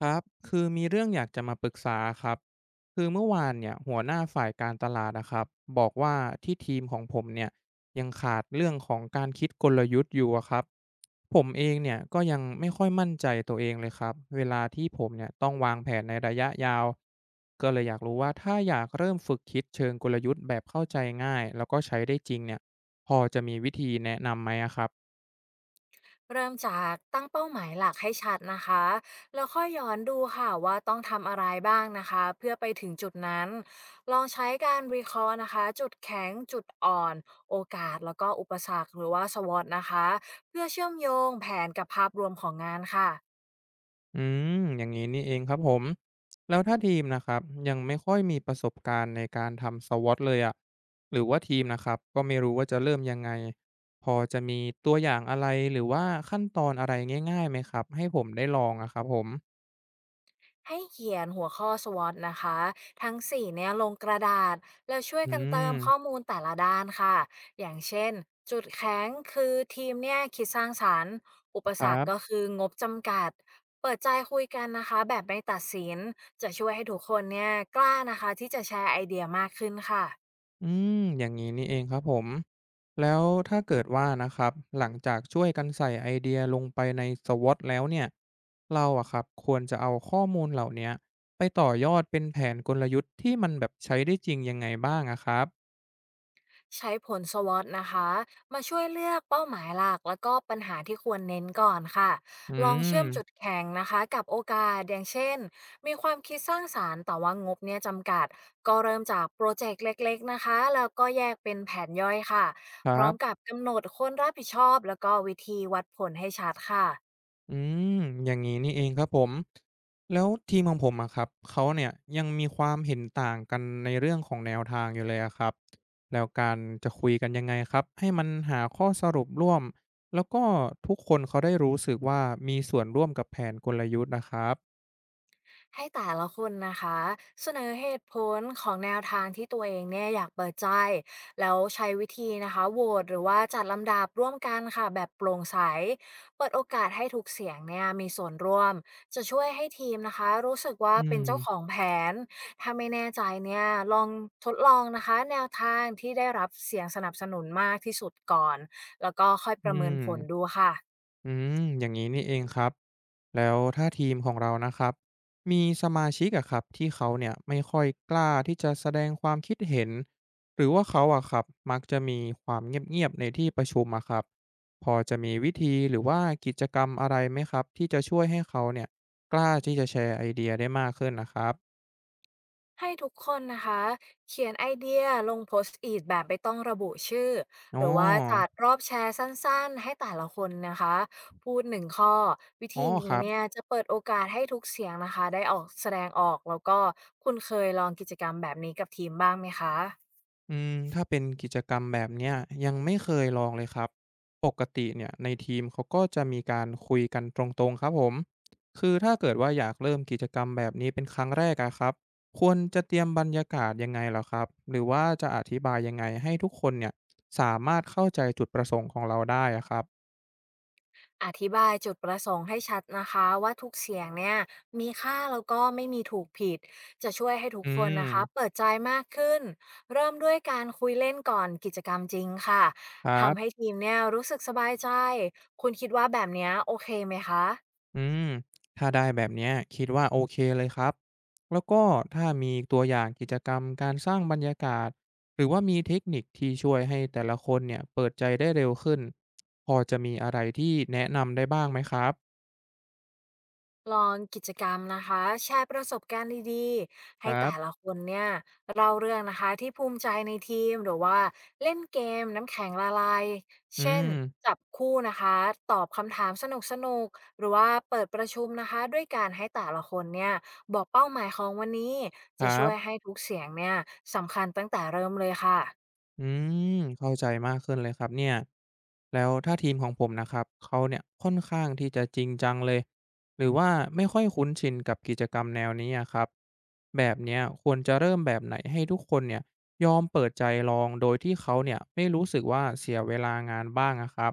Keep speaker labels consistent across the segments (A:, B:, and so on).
A: ครับคือมีเรื่องอยากจะมาปรึกษาครับคือเมื่อวานเนี่ยหัวหน้าฝ่ายการตลาดนะครับบอกว่าที่ทีมของผมเนี่ยยังขาดเรื่องของการคิดกลยุทธ์อยู่อะครับผมเองเนี่ยก็ยังไม่ค่อยมั่นใจตัวเองเลยครับเวลาที่ผมเนี่ยต้องวางแผนในระยะยาวก็เลยอยากรู้ว่าถ้าอยากเริ่มฝึกคิดเชิงกลยุทธ์แบบเข้าใจง่ายแล้วก็ใช้ได้จริงเนี่ยพอจะมีวิธีแนะนำไหมอะครับ
B: เริ่มจากตั้งเป้าหมายหลักให้ชัดนะคะ แล้วค่อยย้อนดูค่ะว่าต้องทำอะไรบ้างนะคะเพื่อไปถึงจุดนั้น ลองใช้การ recall นะคะจุดแข็งจุดอ่อนโอกาสแล้วก็อุปสรรคหรือว่าสวอตนะคะเพื่อเชื่อมโยงแผนกับภาพรวมของงานค่ะ
A: อืมอย่างนี้นี่เองครับผมแล้วถ้าทีมนะครับยังไม่ค่อยมีประสบการณ์ในการทำ SWOT เบิลยโอทีเลยอะหรือว่าทีมนะครับก็ไม่รู้ว่าจะเริ่มยังไงพอจะมีตัวอย่างอะไรหรือว่าขั้นตอนอะไรง่ายๆไหมครับให้ผมได้ลองอะครับผม
B: ให้เขียนหัวข้อ s w อ t นะคะทั้ง4เนี่ยลงกระดาษแล้วช่วย
A: อื
B: กันเติมข้อ
A: ม
B: มูลแต่ละด้านค่ะอย่างเช่นจุดแข็งคือทีมเนี่ยคิดสร้างสรรค์อุป
A: ค
B: ส
A: รั
B: รรคก็
A: บ
B: คืองบจำกัดเปิดใจคุยกันนะคะแบบไม่ตัดสินจะช่วยให้ทุกคนเนี่ยกล้านะคะที่จะแชร์ไอเดียมากขึ้นค่ะ
A: อืมอย่างนี้นี่เองครับผมแล้วถ้าเกิดว่านะครับหลังจากช่วยกันใส่ไอเดียลงไปในสวอตแล้วเนี่ยเราอะครับควรจะเอาข้อมูลเหล่าเนี้ยไปต่อยอดเป็นแผนกลยุทธ์ที่มันแบบใช้ได้จริงยังไงบ้างอะครับ
B: ใช้ผล s w อ t นะคะมาช่วยเลือกเป้าหมายหลักแล้วก็ปัญหาที่ควรเน้นก่อนค่ะ
A: อื
B: ลองเชื่อมจุด
A: ม
B: แข็งนะคะกับโอกาสอย่างเช่นมีความคิดสร้างสารรค์แต่ว่างบเนี่ยจำกัดก็เริ่มจากโปรเจกต์เล็กๆนะคะแล้วก็แยกเป็นแผนย่อยค่ะ
A: ค
B: พ
A: รั
B: ร้อมกับ
A: บ
B: กำหนดคนรับผิดชอบแล้วก็วิธีวัดผลให้ชัดค่ะ
A: อืมอย่างนี้นี่เองครับผมแล้วทีมของผมอะครับเขาเนี่ยยังมีความเห็นต่างกันในเรื่องของแนวทางอยู่เลยอะครับแล้วการจะคุยกันยังไงครับให้มันหาข้อสรุปร่วมแล้วก็ทุกคนเขาได้รู้สึกว่ามีส่วนร่วมกับแผนกลยุทธ์นะครับ
B: ให้แต่ละคนนะคะเสนอเหตุผลของแนวทางที่ตัวเองเนี่ยอยากเปิดใจแล้วใช้วิธีนะคะโหวตหรือว่าจัดลำดับร่วมกันค่ะแบบโปร่งใสเปิดโอกาสให้ทุกเสียงเนี่ยมีส่วนร่วมจะช่วยให้ทีมนะคะรู้สึกว่า
A: อื
B: เป็นเจ้าของ
A: ม
B: แผนถ้าไม่แน่ใจเนี่ยลองทดลองนะคะแนวทางที่ได้รับเสียงสนับสนุนมากที่สุดก่อนแล้วก็ค่อยป
A: อื
B: ระเมินผลดู
A: ม
B: ค่ะ
A: อืมอย่างนี้นี่เองครับแล้วถ้าทีมของเรานะครับมีสมาชิกอะครับที่เขาเนี่ยไม่ค่อยกล้าที่จะแสดงความคิดเห็นหรือว่าเขาอะครับมักจะมีความเงียบๆในที่ประชุมอะครับพอจะมีวิธีหรือว่ากิจกรรมอะไรไหมครับที่จะช่วยให้เขาเนี่ยกล้าที่จะแชร์ไอเดียได้มากขึ้นนะครับ
B: ให้ทุกคนนะคะเขียนไอเดียลงโพสต์อีทแบบไม่ต้องระบุชื่อ
A: อ๋อ
B: หรือว่าจัดรอบแชร์สั้นๆให้แต่ละคนนะคะพูดหนึ่งข้อวิ
A: อ๋อ
B: ธี
A: ค
B: นี้
A: รับ
B: เนี่ยจะเปิดโอกาสให้ทุกเสียงนะคะได้ออกแสดงออกแล้วก็คุณเคยลองกิจกรรมแบบนี้กับทีมบ้างไหมคะ
A: อืมถ้าเป็นกิจกรรมแบบเนี้ยยังไม่เคยลองเลยครับปกติเนี่ยในทีมเขาก็จะมีการคุยกันตรงๆครับผมคือถ้าเกิดว่าอยากเริ่มกิจกรรมแบบนี้เป็นครั้งแรกอะครับควรจะเตรียมบรรยากาศยังไงเหรอครับหรือว่าจะอธิบายยังไงให้ทุกคนเนี่ยสามารถเข้าใจจุดประสงค์ของเราได้อะครับ
B: อธิบายจุดประสงค์ให้ชัดนะคะว่าทุกเสียงเนี่ยมีค่าแล้วก็ไม่มีถูกผิดจะช่วยให้ทุก
A: อื
B: คน
A: ม
B: นะคะเปิดใจมากขึ้นเริ่มด้วยการคุยเล่นก่อนกิจกรรมจริงค่ะ
A: ครั
B: ทำให้
A: บ
B: ทีมเนี่ยรู้สึกสบายใจคุณคิดว่าแบบเนี้ยโอเคไหมคะ
A: อืม ถ้าได้แบบเนี้ยคิดว่าโอเคเลยครับ แล้วก็ถ้ามีตัวอย่างกิจกรรมการสร้างบรรยากาศ หรือว่ามีเทคนิคที่ช่วยให้แต่ละคนเนี่ยเปิดใจได้เร็วขึ้น พอจะมีอะไรที่แนะนำได้บ้างไหมครับ
B: ลองกิจกรรมนะคะแชร์ประสบการณ์ดีๆ
A: ค
B: ให้
A: รั
B: แต่ละ
A: บ
B: คนเนี่ยเล่าเรื่องนะคะที่ภูมิใจในทีมหรือว่าเล่นเกมน้ำแข็งละลาย
A: อื
B: เช่น
A: ม
B: จับคู่นะคะตอบคำถามสนุกสนุกหรือว่าเปิดประชุมนะคะด้วยการให้แต่ละคนเนี่ยบอกเป้าหมายของวันนี้
A: ค
B: จะ
A: รั
B: ช่วย
A: บ
B: ให้ทุกเสียงเนี่ยสำคัญตั้งแต่เริ่มเลยค่ะ
A: อืมเข้าใจมากขึ้นเลยครับเนี่ยแล้วถ้าทีมของผมนะครับเขาเนี่ยค่อนข้างที่จะจริงจังเลยหรือว่าไม่ค่อยคุ้นชินกับกิจกรรมแนวนี้อะครับแบบเนี้ยควรจะเริ่มแบบไหนให้ทุกคนเนี่ยยอมเปิดใจลองโดยที่เขาเนี่ยไม่รู้สึกว่าเสียเวลางานบ้างอะครับ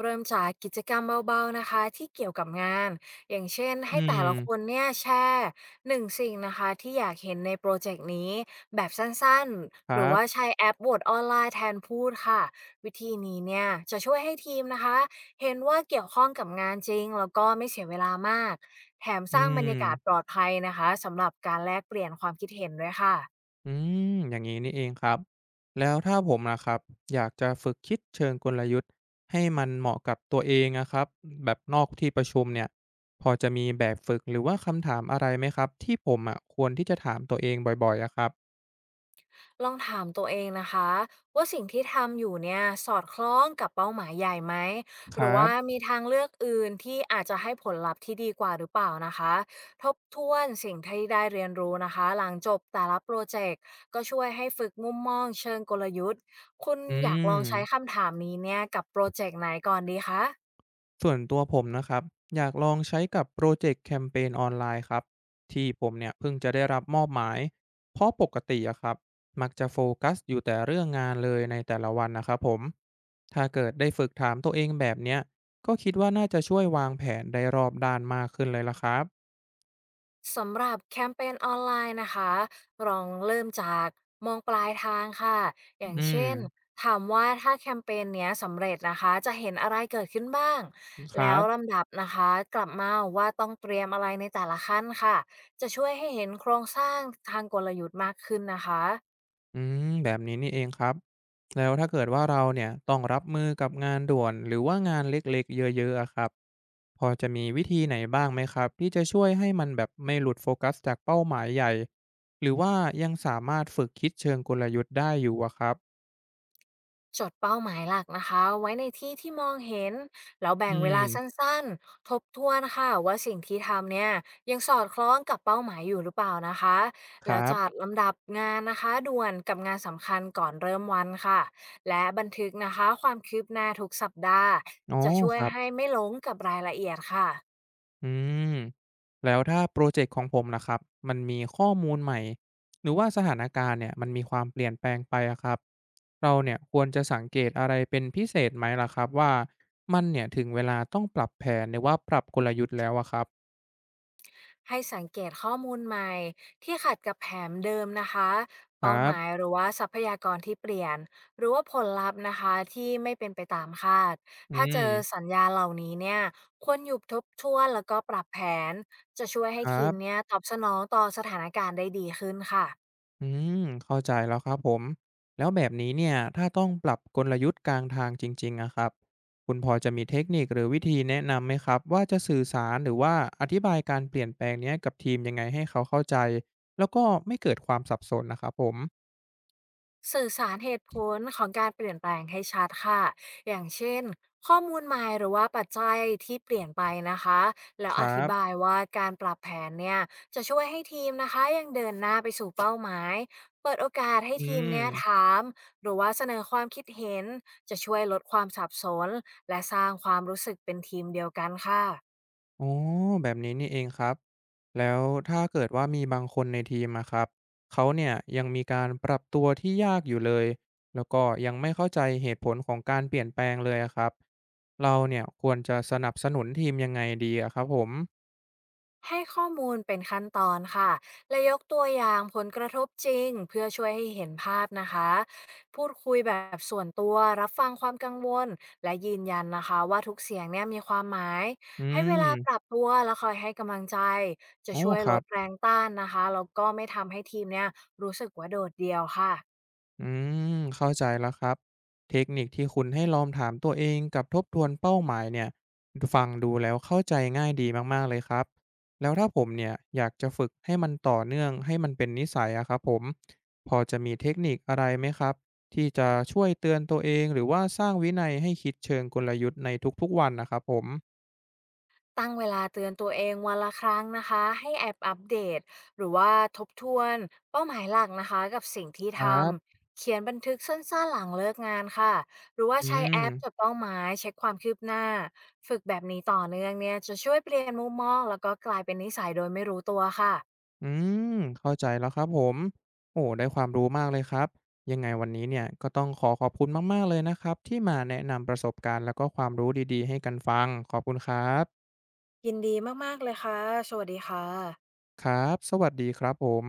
B: เริ่มจากกิจกรรมเบาๆนะคะที่เกี่ยวกับงานอย่างเช่น
A: อื
B: ให้แต่
A: ม
B: ละคนเนี่ยแชร์หนึ่งสิ่งนะคะที่อยากเห็นในโปรเจกต์นี้แบบสั้น
A: ค
B: ๆห
A: รั
B: รือว่า
A: บ
B: ใช้แอปโหวตออนไลน์แทนพูดค่ะวิธีนี้เนี่ยจะช่วยให้ทีมนะคะเห็นว่าเกี่ยวข้องกับงานจริงแล้วก็ไม่เสียเวลามากแถม
A: อื
B: สร้างบรรยากาศปล
A: ม
B: อดภัยนะคะสำหรับการแลกเปลี่ยนความคิดเห็นด้วยค่ะ
A: อืมอย่างนี้นี่เองครับแล้วถ้าผมนะครับอยากจะฝึกคิดเชิงกลยุทธ์ให้มันเหมาะกับตัวเองนะครับแบบนอกที่ประชุมเนี่ยพอจะมีแบบฝึกหรือว่าคำถามอะไรไหมครับที่ผมอะควรที่จะถามตัวเองบ่อยๆอะครับ
B: ลองถามตัวเองนะคะว่าสิ่งที่ทำอยู่เนี่ยสอดคล้องกับเป้าหมายใหญ่ไหม
A: ค
B: หรื
A: รั
B: อว่า
A: บ
B: มีทางเลือกอื่นที่อาจจะให้ผลลัพธ์ที่ดีกว่าหรือเปล่านะคะทบทวนสิ่งที่ได้เรียนรู้นะคะหลังจบแต่ละโปรเจกต์ก็ช่วยให้ฝึกมุมมองเชิงกลยุทธ์คุณ
A: อื
B: อยากลองใช้
A: ม
B: คำถามนี้เนี่ยกับโปรเจกต์ไหนก่อนดีคะ
A: ส่วนตัวผมนะครับอยากลองใช้กับโปรเจกต์แคมเปญออนไลน์ครับที่ผมเนี่ยเพิ่งจะได้รับมอบหมายเพราะปกติอะครับมักจะโฟกัสอยู่แต่เรื่องงานเลยในแต่ละวันนะครับผมถ้าเกิดได้ฝึกถามตัวเองแบบเนี้ยก็คิดว่าน่าจะช่วยวางแผนได้รอบด้านมากขึ้นเลยล่ะครับ
B: สำหรับแคมเปญออนไลน์นะคะลองเริ่มจากมองปลายทางค่ะอย่าง
A: อืม
B: เช่นถามว่าถ้าแคมเปญเนี้ยสำเร็จนะคะจะเห็นอะไรเกิดขึ้นบ้าง
A: ครั
B: แล้ว
A: บ
B: ลำดับนะคะกลับมาว่าต้องเตรียมอะไรในแต่ละขั้นค่ะจะช่วยให้เห็นโครงสร้างทางกลยุทธ์มากขึ้นนะคะ
A: อืมแบบนี้นี่เองครับแล้วถ้าเกิดว่าเราเนี่ยต้องรับมือกับงานด่วนหรือว่างานเล็กๆเยอะๆอะครับ พอจะมีวิธีไหนบ้างไหมครับที่จะช่วยให้มันแบบไม่หลุดโฟกัสจากเป้าหมายใหญ่หรือว่ายังสามารถฝึกคิดเชิงกลยุทธ์ได้อยู่อะครับ
B: จดเป้าหมายหลักนะคะไว้ในที่ที่มองเห็นแล้ว
A: อื
B: แบ่งเวลาสั
A: ม
B: ้นๆทบทวนค่ะว่าสิ่งที่ทำเนี่ยยังสอดคล้องกับเป้าหมายอยู่หรือเปล่านะคะ
A: ค
B: แล้ว
A: รั
B: จัด
A: บ
B: ลำดับงานนะคะด่วนกับงานสำคัญก่อนเริ่มวันค่ะและบันทึกนะคะความคืบหน้าทุกสัปดาห์
A: อ๋อ
B: จะช่ว
A: ค
B: ย
A: รั
B: ให้
A: บ
B: ไม่หลงกับรายละเอียดค่ะ
A: อืมแล้วถ้าโปรเจกต์ของผมล่ะครับมันมีข้อมูลใหม่หรือว่าสถานการณ์เนี่ยมันมีความเปลี่ยนแปลงไปอะครับเราเนี่ยควรจะสังเกตอะไรเป็นพิเศษไหมล่ะครับว่ามันเนี่ยถึงเวลาต้องปรับแผนหรือว่าปรับกลยุทธ์แล้วอะครับ
B: ให้สังเกตข้อมูลใหม่ที่ขัดกับแผนเดิมนะคะ
A: ครั
B: เป้าหมาย
A: บ
B: หรือว่าทรัพยากรที่เปลี่ยนหรือว่าผลลัพธ์นะคะที่ไม่เป็นไปตามคาด
A: อื
B: ถ้าเจอ
A: ม
B: สัญญาณเหล่านี้เนี่ยควรหยุดทบทวนแล้วก็ปรับแผนจะช่วย
A: ค
B: ให้
A: รั
B: ทีมเนี่
A: บ
B: ยตอบสนองต่อสถานการณ์ได้ดีขึ้นค่ะ
A: อืมเข้าใจแล้วครับผมแล้วแบบนี้เนี่ยถ้าต้องปรับกลยุทธ์กลางทางจริงๆอะครับคุณพอจะมีเทคนิคหรือวิธีแนะนำไหมครับว่าจะสื่อสารหรือว่าอธิบายการเปลี่ยนแปลงเนี้ยกับทีมยังไงให้เขาเข้าใจแล้วก็ไม่เกิดความสับสนนะครับผม
B: สื่อสารเหตุผลของการเปลี่ยนแปลงให้ชัดค่ะอย่างเช่นข้อมูลใหม่หรือว่าปัจจัยที่เปลี่ยนไปนะคะแล้ว
A: ค
B: อ
A: รั
B: ธิบาย
A: บ
B: ว่าการปรับแผนเนี่ยจะช่วยให้ทีมนะคะยังเดินหน้าไปสู่เป้าหมายเปิดโอกาสให้
A: อื
B: ทีม
A: ม
B: เนี่ยถามหรือว่าเสนอความคิดเห็นจะช่วยลดความสับสนและสร้างความรู้สึกเป็นทีมเดียวกันค่ะ
A: อ๋อแบบนี้นี่เองครับแล้วถ้าเกิดว่ามีบางคนในทีมอะครับเขาเนี่ยยังมีการปรับตัวที่ยากอยู่เลยแล้วก็ยังไม่เข้าใจเหตุผลของการเปลี่ยนแปลงเลยอะครับเราเนี่ยควรจะสนับสนุนทีมยังไงดีอะครับผม
B: ให้ข้อมูลเป็นขั้นตอนค่ะและยกตัวอย่างผลกระทบจริงเพื่อช่วยให้เห็นภาพนะคะพูดคุยแบบส่วนตัวรับฟังความกังวลและยืนยันนะคะว่าทุกเสียงเนี่ยมีความหมาย
A: อื
B: ให้เวลาปรับ
A: ม
B: ตัวและคอยให้กำลังใจจะ
A: โอ้
B: ช่วย
A: ค
B: ล
A: รับ
B: ดแรงต้านนะคะแล้วก็ไม่ทำให้ทีมเนี่ยรู้สึกว่าโดดเดี่ยวค่ะ
A: อืมเข้าใจแล้วครับเทคนิคที่คุณให้ลองถามตัวเองกับทบทวนเป้าหมายเนี่ยฟังดูแล้วเข้าใจง่ายดีมากๆเลยครับแล้วถ้าผมเนี่ยอยากจะฝึกให้มันต่อเนื่องให้มันเป็นนิสัยอะครับผมพอจะมีเทคนิคอะไรไหมครับที่จะช่วยเตือนตัวเองหรือว่าสร้างวินัยให้คิดเชิงกลยุทธ์ในทุกๆวันนะครับผม
B: ตั้งเวลาเตือนตัวเองวันละครั้งนะคะให้แอปอัปเดตหรือว่าทบทวนเป้าหมายหลักนะคะกับสิ่งที่
A: ค
B: ท
A: รับ
B: ำเขียนบันทึกสั้นๆหลังเลิกงานค่ะหรือว่า
A: อื
B: ใช้แอปจด
A: ม
B: เป้าหมายเช็คความคืบหน้าฝึกแบบนี้ต่อเนื่องเนี่ยจะช่วยเปลี่ยนมุมมองแล้วก็กลายเป็นนิสัยโดยไม่รู้ตัวค่ะ
A: อืมเข้าใจแล้วครับผมโอ้ได้ความรู้มากเลยครับยังไงวันนี้เนี่ยก็ต้องขอขอบคุณมากๆเลยนะครับที่มาแนะนำประสบการณ์แล้วก็ความรู้ดีๆให้กันฟังขอบคุณครับ
B: ยินดีมากๆเลยค่ะสวัสดีค่ะ
A: ครับสวัสดีครับผม